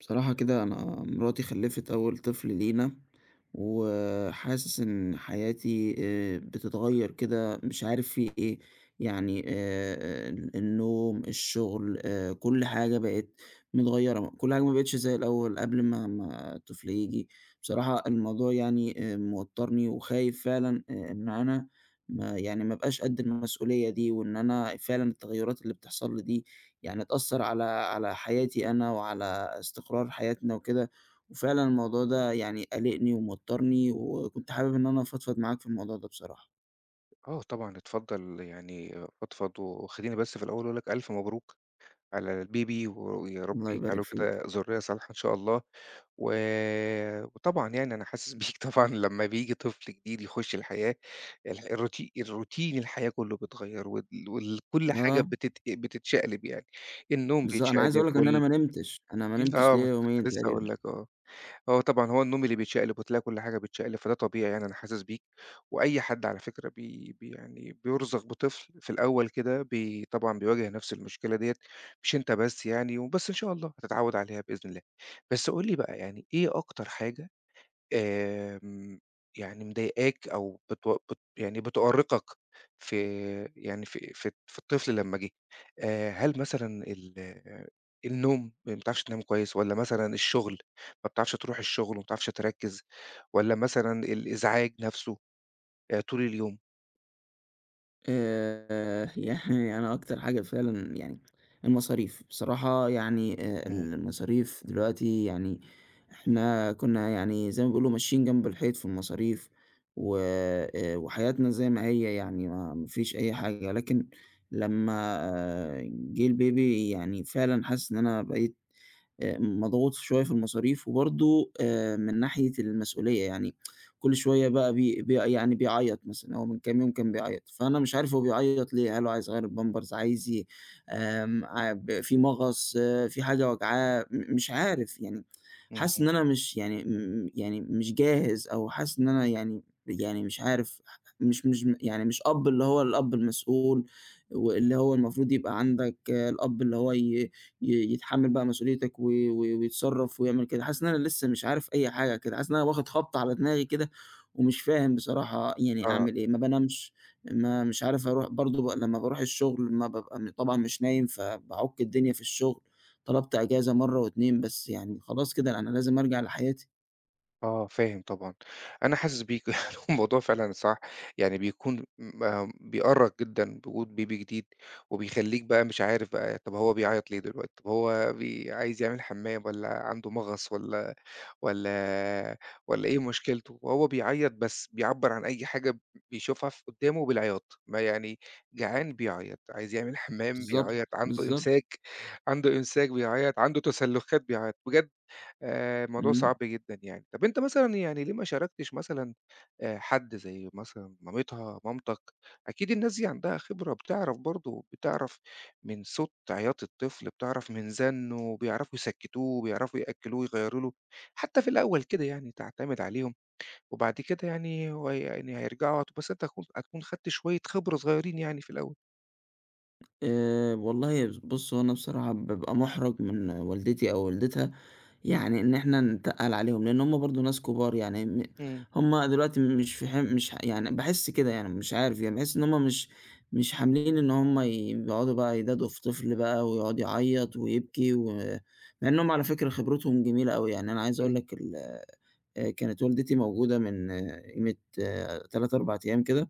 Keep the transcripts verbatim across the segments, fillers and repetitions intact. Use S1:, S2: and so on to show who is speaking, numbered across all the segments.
S1: بصراحة كده أنا مراتي خلّفت أول طفل لينا، وحاسس إن حياتي آآ بتتغيّر كده مش عارف في إيه، يعني آآ ال النوم، الشغل، آآ كل حاجة بقت متغيّرة، كل حاجة ما بقتش زي الأول قبل ما ما الطفل ييجي، بصراحة الموضوع يعني آآ موتّرني وخايف فعلًا آآ إن أنا ما يعني ما أبقاش قد المسؤولية دي، وإن أنا فعلًا التغيّرات اللي بتحصل لي دي يعني اتأثّر على على حياتي أنا وعلى استقرار حياتنا وكده، وفعلًا الموضوع ده يعني قلقني وموتّرني، وكنت حابب إن أنا أفضفض معاك في الموضوع ده بصراحة.
S2: آه طبعًا اتفضّل يعني فضفض وخلّيني بس في الأول أقول لك ألف مبروك على الBaby ويا رب
S1: الله يبارك
S2: يجعله
S1: فيك.
S2: كده ذُريّة صالحة إن شاء الله، و وطبعًا يعني أنا حاسس بيك طبعًا لمّا بييجي طفل جديد يخُش الحياة الح الروتي الروتين الحياة كُلّه بيتغيّر وال وال كل حاجة
S1: آه،
S2: بتت بتتشقلب يعني، النوم
S1: بالض أنا عايز
S2: بيتشقلب
S1: أقول لك إن أنا
S2: وال
S1: ما نمتش، أنا ما نمتش
S2: آه ما أنا
S1: ليّا
S2: كنت
S1: يومين
S2: لسه هاقول
S1: تقريبًا.
S2: لك آه. آه طبعًا، هو النوم اللي بيتشقلب وتلاقي كل حاجة بتتشقلب، فده طبيعي يعني أنا حاسس بيك، وأي حد على فكرة بي بي يعني بيُرزق بطفل في الأول كده بي طبعًا بيواجه نفس المشكلة ديّة، مش أنت بس يعني، وبس إن شاء الله هتتعوّد عليها بإذن الله. بس قُل لي بقى يعني إيه أكتر حاجة آمم، يعني مضايقاك أو بتو بت يعني بتؤرقك في يعني في في في الطفل لمّا جه، آآ، هل مثلًا ال النوم ما بتعرفش تنام كويس، والّا مثلًا الشغل ما بتعرفش تروح الشغل وما بتعرفش تركّز، والّا مثلًا الإزعاج نفسه آآ، طول اليوم؟
S1: آآ يعني أنا أكتر حاجة فعلًا يعني المصاريف، بصراحة يعني آآ
S2: إمم،
S1: المصاريف دلوقتي يعني إحنا كُنّا يعني زي ما بيقولوا ماشيين جنب الحيط في المصاريف و آآ وحياتنا زي ما هي يعني ما ما فيش أي حاجة، لكن لمّا آه، جِه الBaby يعني فعلًا حاسس إن أنا بقيت آآ مضغوط شوية في المصاريف وبرضه آآ من ناحية المسؤولية، يعني كل شوية بقى بي بي يعني بيعيّط مثلًا، هو من كام يوم كان بيعيّط، فأنا مش عارف هو بيعيّط ليه، هل هو عايز يغيّر الpampers عايز ي آمم، ع ب في مغص، آه، في حاجة واجعاه، م مش عارف يعني، حاسس
S2: إمم،
S1: إن أنا مش يعني م يعني مش جاهز أو حاسس إن أنا يعني يعني مش عارف مش مش يعني مش أب اللي هو الأب المسؤول، واللي هو المفروض يبقى عندك آه، الأب اللي هو ي ي يتحمّل بقى مسؤوليتك و و ويتصرّف ويعمل كده، حاسس إن أنا لسه مش عارف أي حاجة كده، حاسس إن أنا واخد خبطة على دماغي كده ومش فاهم بصراحة يعني
S2: آه.
S1: أعمل إيه، ما بانامش، ما مش عارف أروح برضه ب لمّا باروح الشغل ما بابقى م طبعًا مش نايم، فباعُك الدنيا في الشغل، طلبت إجازة مرّة و2 بس يعني خلاص كده أنا لازم أرجع لحياتي.
S2: آه، فاهم طبعًا، أنا حاسس بيك يعني الموضوع فعلًا صح، يعني بيكون م آه بيأرّق جدًا بوجود بيبي جديد، وبيخلّيك بقى مش عارف بقى طب هو بيعيط ليه دلوقتي، طب هو بي عايز يعمل حمام والّا عنده مغص والّا والّا والّا إيه مشكلته، وهو بيعيط بس بيعبّر عن أي حاجة بيشوفها ف قدّامه بالعياط، ما يعني جعان بيعيط، عايز يعمل حمام
S1: بالضبط،
S2: بيعيط، عنده
S1: بالضبط،
S2: إمساك عنده إمساك بيعيط، عنده تسلخات بيعيط، بجد آآ الموضوع
S1: إمم.
S2: صعب جدًا يعني. طب أنت مثلًا يعني ليه ما شاركتش مثلًا آآ حد زي مثلًا مامتها، مامتك؟ أكيد الناس دي عندها خبرة، بتعرف برضه بتعرف من صوت عياط الطفل، بتعرف من زنّه، بيعرفوا يسكّتوه، بيعرفوا يأكّلوه، يغيّروا له، حتى في الأول كده يعني تعتمد عليهم، وبعد كده يعني هو يعني هيرجعوا هت بس أنت هتكون هتكون خدت شوية خبرة صغيّرين يعني في الأول.
S1: آآ والله بُص، هو أنا بصراحة بابقى مُحرَج من والدتي أو والدتها يعني إن إحنا نتقّل عليهم، لإن هم برضه ناس كبار يعني م
S2: إمم.
S1: هم دلوقتي مش في حم مش ح يعني باحس كده يعني مش عارف يعني باحس إن هم مش مش حاملين إن هم ي بيقعدوا بقى يدادوا في طفل بقى ويقعد يعيّط ويبكي و مع إنهم على فكرة خبرتهم جميلة أوي، يعني أنا عايز أقول
S2: إمم.
S1: لك ال آآ كانت والدتي موجودة من آه، قيمة تلاتة، أربعة أيام كده،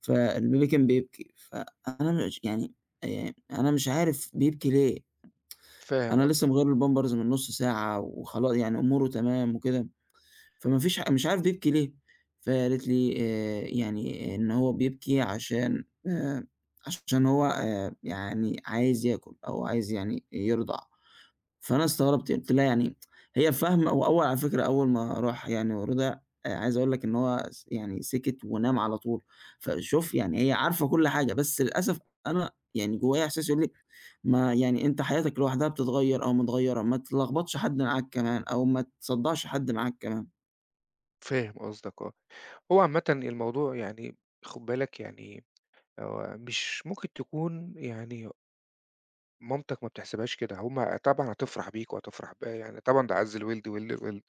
S1: فالبيبي كان بيبكي، فأنا مش يعني آآ أنا مش عارف بيبكي ليه؟
S2: فاهم
S1: أنا لسه
S2: قصدك،
S1: مغيّر له البامبرز من نُص ساعة وخلا يعني أموره تمام وكده، فما فيش ح مش عارف بيبكي ليه، فقالت لي آآ يعني إن هو بيبكي عشان آآ عشان هو آآ يعني عايز ياكل أو عايز يعني يرضع. فأنا استغربت، قُلت لها يعني هي فاهمة هو أول على فكرة أول ما راح يعني ورضع. آآ عايز أقول لك إن هو س يعني سكت ونام على طول، فشوف يعني هي عارفة كل حاجة، بس للأسف أنا يعني جوايا إحساس يقول لي ما يعني أنت حياتك لوحدها بتتغيّر أو متغيّرة، ما تلخبطش حد معاك كمان أو ما تصدّعش حد معاك كمان.
S2: فاهم قصدك آه. هو عامةً الموضوع يعني خُد بالك يعني هو مش ممكن تكون يعني مامتك ما بتحسبهاش كده، هُم طبعًا هتفرح بيك وهتفرح ب يعني طبعًا ده عَز الوِلد وِلد الوِلد،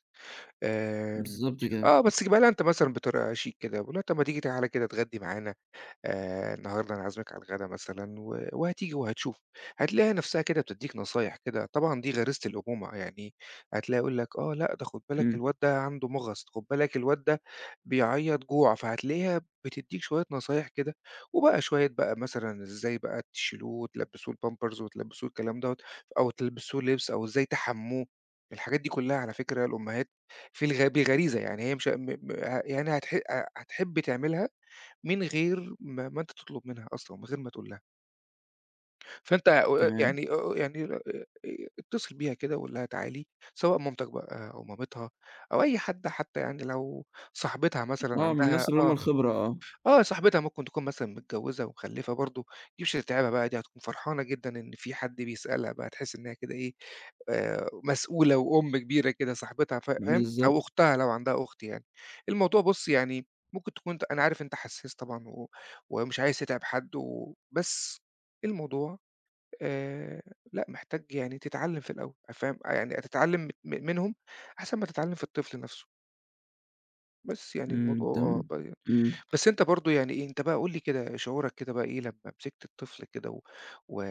S2: آمم،
S1: بالضبط كده.
S2: آه، بس جيبها لها أنت مثلًا بطريقة شيك كده، قُل لها طَب ما تيجي تعالى كده اتغدي معانا آآ النهارده أنا عازمِك على الغدا مثلًا و وهتيجي وهتشوف، هتلاقيها نفسها كده بتدّيك نصايح كده، طبعًا دي غريزة الأمومة، يعني هتلاقيها يقول لك آه لأ ده خُد بالك
S1: إمم،
S2: الواد ده عنده مغص، خُد بالك الواد ده بيعيّط جوع، فهتلاقيها بتدّيك شوية نصايح كده، وبقى شوية بقى مثلًا إزاي بقى تشيلوه وتلبّسوه الpampers وتلبّسوه الكلام دوّة، أو تلبّسوه لبس أو إزاي تحمّوه، الحاجات دي كلّها على فكرة الأمهات في الغ بغريزة يعني هي مش ه م م ه يعني هتح هتحب تعملها من غير ما ما أنت تطلب منها أصلًا، من غير ما تقول لها، فأنت آآ
S1: تمام.
S2: يعني آآ يعني آآ اتصل بيها كده وقُل لها تعالي، سواء مامتك بقى أو مامتها أو أي حد حتى يعني لو صاحبتها مثلًا
S1: آه، من
S2: عندها
S1: الناس اللي هم
S2: آه.
S1: الخبرة آه،
S2: آه، صاحبتها ممكن تكون مثلًا متجوّزة ومخلّفة برضه، دي مش هتتعبها بقى، دي هتكون فرحانة جدًا إن في حد بيسألها بقى، تحس إنها كده إيه، آآ مسؤولة وأم كبيرة كده صاحبتها ف فاهم،
S1: بالضبط.
S2: أو أختها لو عندها أخت يعني. الموضوع بُص يعني ممكن تكون أنت أنا عارف أنت حسّاس طبعًا و ومش عايز تتعب حد و بس الموضوع آآ لأ، محتاج يعني تتعلّم في الأول، فاهم، يعني تتعلّم م منهم أحسن ما تتعلّم في الطفل نَفْسه. بس يعني
S1: إمم،
S2: الموضوع آه،
S1: تمام.
S2: ب
S1: إمم.
S2: بس أنت برضه يعني إيه، أنت بقى قُل لي كده شعورك كده بقى إيه لمّا مسكت الطفل كده و و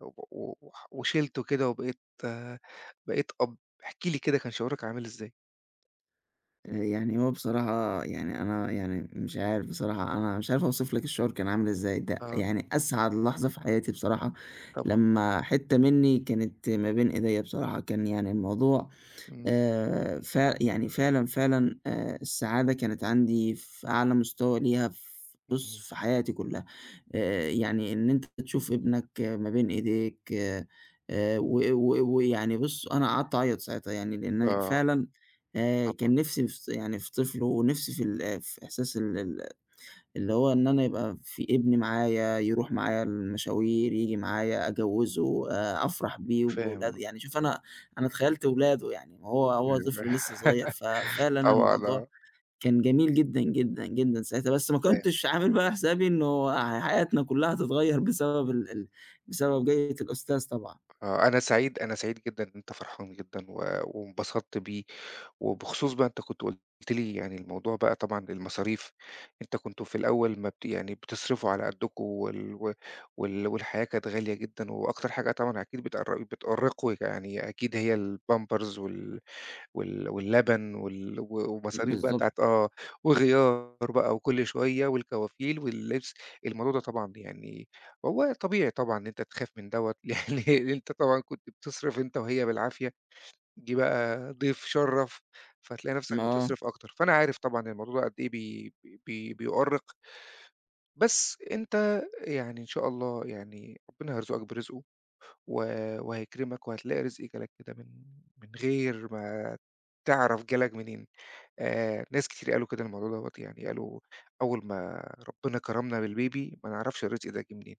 S2: و وح وشِلته كده وبقيت آه، بقيت أب، احكِ لي كده كان شعورك عامل إزاي؟
S1: آآ يعني هو بصراحة يعني أنا يعني مش عارف بصراحة، أنا مش عارف أوصف لك الشعور كان عامل إزاي، ده
S2: آه،
S1: يعني أسعد لحظة في حياتي بصراحة
S2: طبعًا.
S1: لمّا حتّة منّي كانت ما بين إيديّا بصراحة، كان يعني الموضوع
S2: إمم،
S1: آآ ف يعني فعلًا، فعلًا آآ السعادة كانت عندي في أعلى مستوى ليها ف، بُص،
S2: اهم.
S1: في حياتي كلّها. آآ يعني إن أنت تشوف ابنك آه، ما بين إيديك آآ و و ويعني بُص، أنا قعدت أعيّط ساعتها يعني لإن
S2: آه،
S1: فعلًا آآ
S2: طبعًا،
S1: كان نِفْسي في يعني في طفل ونِفْسي في ال في إحساس ال ال اللي هو إن أنا يبقى في ابني معايا، يروح معايا المشاوير، ييجي معايا، أجوّزه، آآ أفرح بيه
S2: فاهم
S1: وبولاده،
S2: آه،
S1: يعني شوف أنا أنا تخيّلت ولاده يعني، وهو هو
S2: أيوه
S1: طفل لسه صغير، ففعلًا
S2: طبعًا
S1: الموضوع
S2: آه،
S1: كان جميل جدًا، جدًا، جدًا ساعتها، بس ما
S2: فاهم.
S1: كنتش عامل بقى حسابي إنه ح حياتنا كلّها هتتغيّر بسبب ال ال بسبب جاية الأستاذ طبعًا.
S2: آه، أنا سعيد أنا سعيد جدًا إن أنت فرحان جدًا و وانبسطت بيه وبخصوص بقى أنت كنت قُلت لي يعني الموضوع بقى طبعًا المصاريف، أنت كنتم في الأول ما بت يعني بتصرفوا على قدّكم وال و وال والحياة كانت غالية جدًا، وأكتر حاجة طبعًا أكيد بتقر بتؤرّقكم يعني أكيد هي الpampers وال وال واللبن وال و ومصاريف بقى
S1: بالضبط.
S2: بتاعة آه، وغيار بقى وكل شوية والكوافيل واللبس، الموضوع ده طبعًا يعني هو طبيعي طبعًا إن أنت تخاف من دوّة، لإن أنت طبعًا كنت بتصرف أنت وهي بالعافية. جِه بقى ضيف شرّف، فتلاقي نفسك
S1: آه،
S2: بتصرف أكتر، فأنا عارف طبعًا الموضوع ده قد إيه بي بي بيؤرّق، بس أنت يعني إن شاء الله يعني ربنا هيرزقك برزقه و وهيكرمك وهتلاقي رزق جالك كده من من غير ما تعرف جالك منين، آآ ناس كتير قالوا كده الموضوع دوّة، يعني قالوا أول ما ربنا كرمنا بالbaby ما نعرفش الرزق ده جِه منين،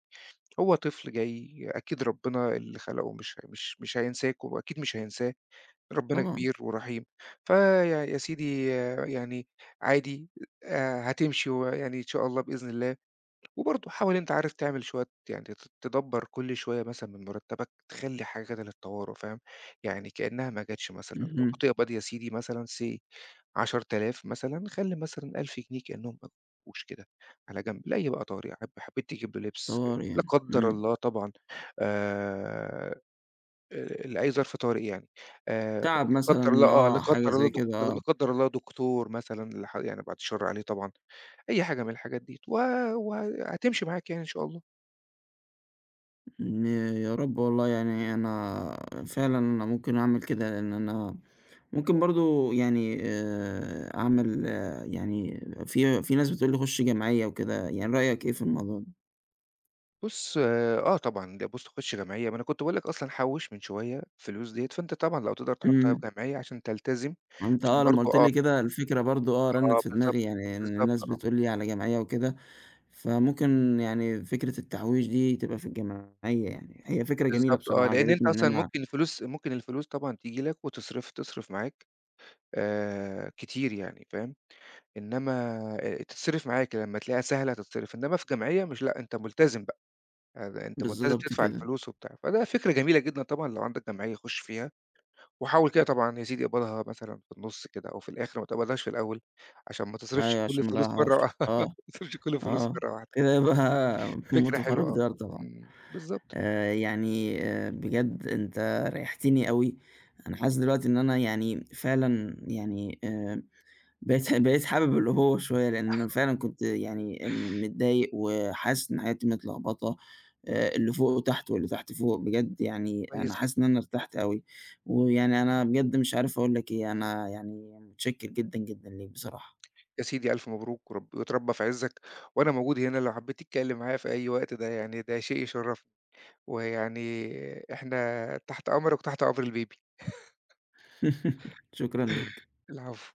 S2: هو طفل جاي أكيد ربنا اللي خلقه مش مش مش هينساك وأكيد مش هينساه. ربنا
S1: طبعًا.
S2: كبير ورحيم، فيا يا سيدي آه، يعني عادي آآ هتمشي ويعني إن شاء الله بإذن الله، وبرضه حاول أنت عارف تعمل شوية يعني ت تدبّر كل شوية مثلًا من مرتبك تخلّي حاجة كده للطوارئ فاهم، يعني كأنها ما جاتش مثلًا لو
S1: اهم.
S2: بتقبض يا سيدي مثلًا say عشرة آلاف مثلًا خلّي مثلًا ألف جنيه كأنهم ما جوش كده على جنب لأي بقى طارئ، حب حبيت تجيب له لبس،
S1: طوارئ
S2: لا
S1: يعني.
S2: قدّر
S1: إمم.
S2: الله طبعًا آآ آآ لأي ظرف طارئ يعني، آآ
S1: تعب
S2: لا قدّر الله
S1: مثلًا
S2: آه، لا
S1: آه، حاجة
S2: قدّر الله
S1: زي
S2: دك
S1: كده
S2: لا
S1: آه.
S2: قدّر الله دكتور مثلًا لح يعني بعد الشر عليه طبعًا، أي حاجة من الحاجات ديّة، و وهتمشي معاك يعني إن شاء الله.
S1: إن يا رب والله يعني أنا فعلًا أنا ممكن أعمل كده، لإن أنا ممكن برضه يعني آآ أعمل آه، يعني في في ناس بتقول لي خُش جمعية وكده، يعني رأيك إيه في الموضوع ده؟
S2: بُص آه طبعًا، ده بُص خُش جمعية، ما أنا كنت باقول لك أصلًا حوّش من شوية الفلوس ديّة، فأنت طبعًا لو تقدر تحطها
S1: إمم.
S2: في جمعية عشان تلتزم،
S1: أنت
S2: عشان
S1: آه، لمّا
S2: برضه
S1: قُلت
S2: آه،
S1: لي كده الفكرة برضه آه، رنِّت
S2: آه
S1: في
S2: بالضبط،
S1: دماغي يعني إن
S2: بالضبط
S1: الناس
S2: آه،
S1: بتقول لي على جمعية وكده، فممكن يعني فكرة التحويش دي تبقى في الجمعية يعني، هي فكرة جميلة
S2: بالضبط
S1: بصراحة
S2: آه، لإن أنت
S1: عجبتني إن
S2: أصلًا
S1: أنا
S2: ممكن الفلوس ممكن الفلوس طبعًا تيجي لك وتصرف تصرف معاك آآ كتير يعني، فاهم؟ إنما آآ تتصرف معاك، لمّا تلاقيها سهلة هتتصرف، إنما في جمعية مش لأ، أنت ملتزم بقى، يعني أنت ملتزم
S1: بالضبط
S2: تدفع
S1: كده،
S2: الفلوس وبتاع، فده فكرة جميلة جدًا طبعًا لو عندك جمعية خُش فيها، وحاول كده طبعًا يا سيدي اقبضها مثلًا في النُص كده أو في الآخر، ما تقبضهاش في الأول، عشان ما تصرفش
S1: أيوه
S2: كل
S1: عشان ما
S2: الفلوس مرّة وا
S1: أضيّعهاش،
S2: ما
S1: آه.
S2: تصرفش كل الفلوس
S1: آه،
S2: مرّة واحدة،
S1: كده يبقى موت
S2: فكرة حلوة
S1: وخراب
S2: آه،
S1: ديار طبعًا.
S2: إمم، بالضبط،
S1: آآ، يعني آآ، بجد أنت ريحتني أوي، أنا حاسس دلوقتي إن أنا يعني فعلًا يعني آآ، بقيت بقيت حابب الأبوة شوية، لأن أنا فعلًا كنت يعني متضايق وحاسس إن حياتي متلخبطة، آآ، اللي فوق وتحت واللي تحت فوق، بجد يعني
S2: كويس
S1: أنا حاسس
S2: جدًا،
S1: إن أنا ارتحت أوي، ويعني أنا بجد مش عارف أقول لك إيه، أنا يعني متشكر جدًا، جدًا ليك بصراحة.
S2: يا سيدي ألف مبروك ورب وتربّى في عزّك، وأنا موجود هنا لو حبيت تتكلم معايا في أي وقت، ده يعني ده شيء يشرّفني. ويعني إحنا تحت أمرك وتحت أمر الBaby
S1: شكرًا ليك.
S2: العفو.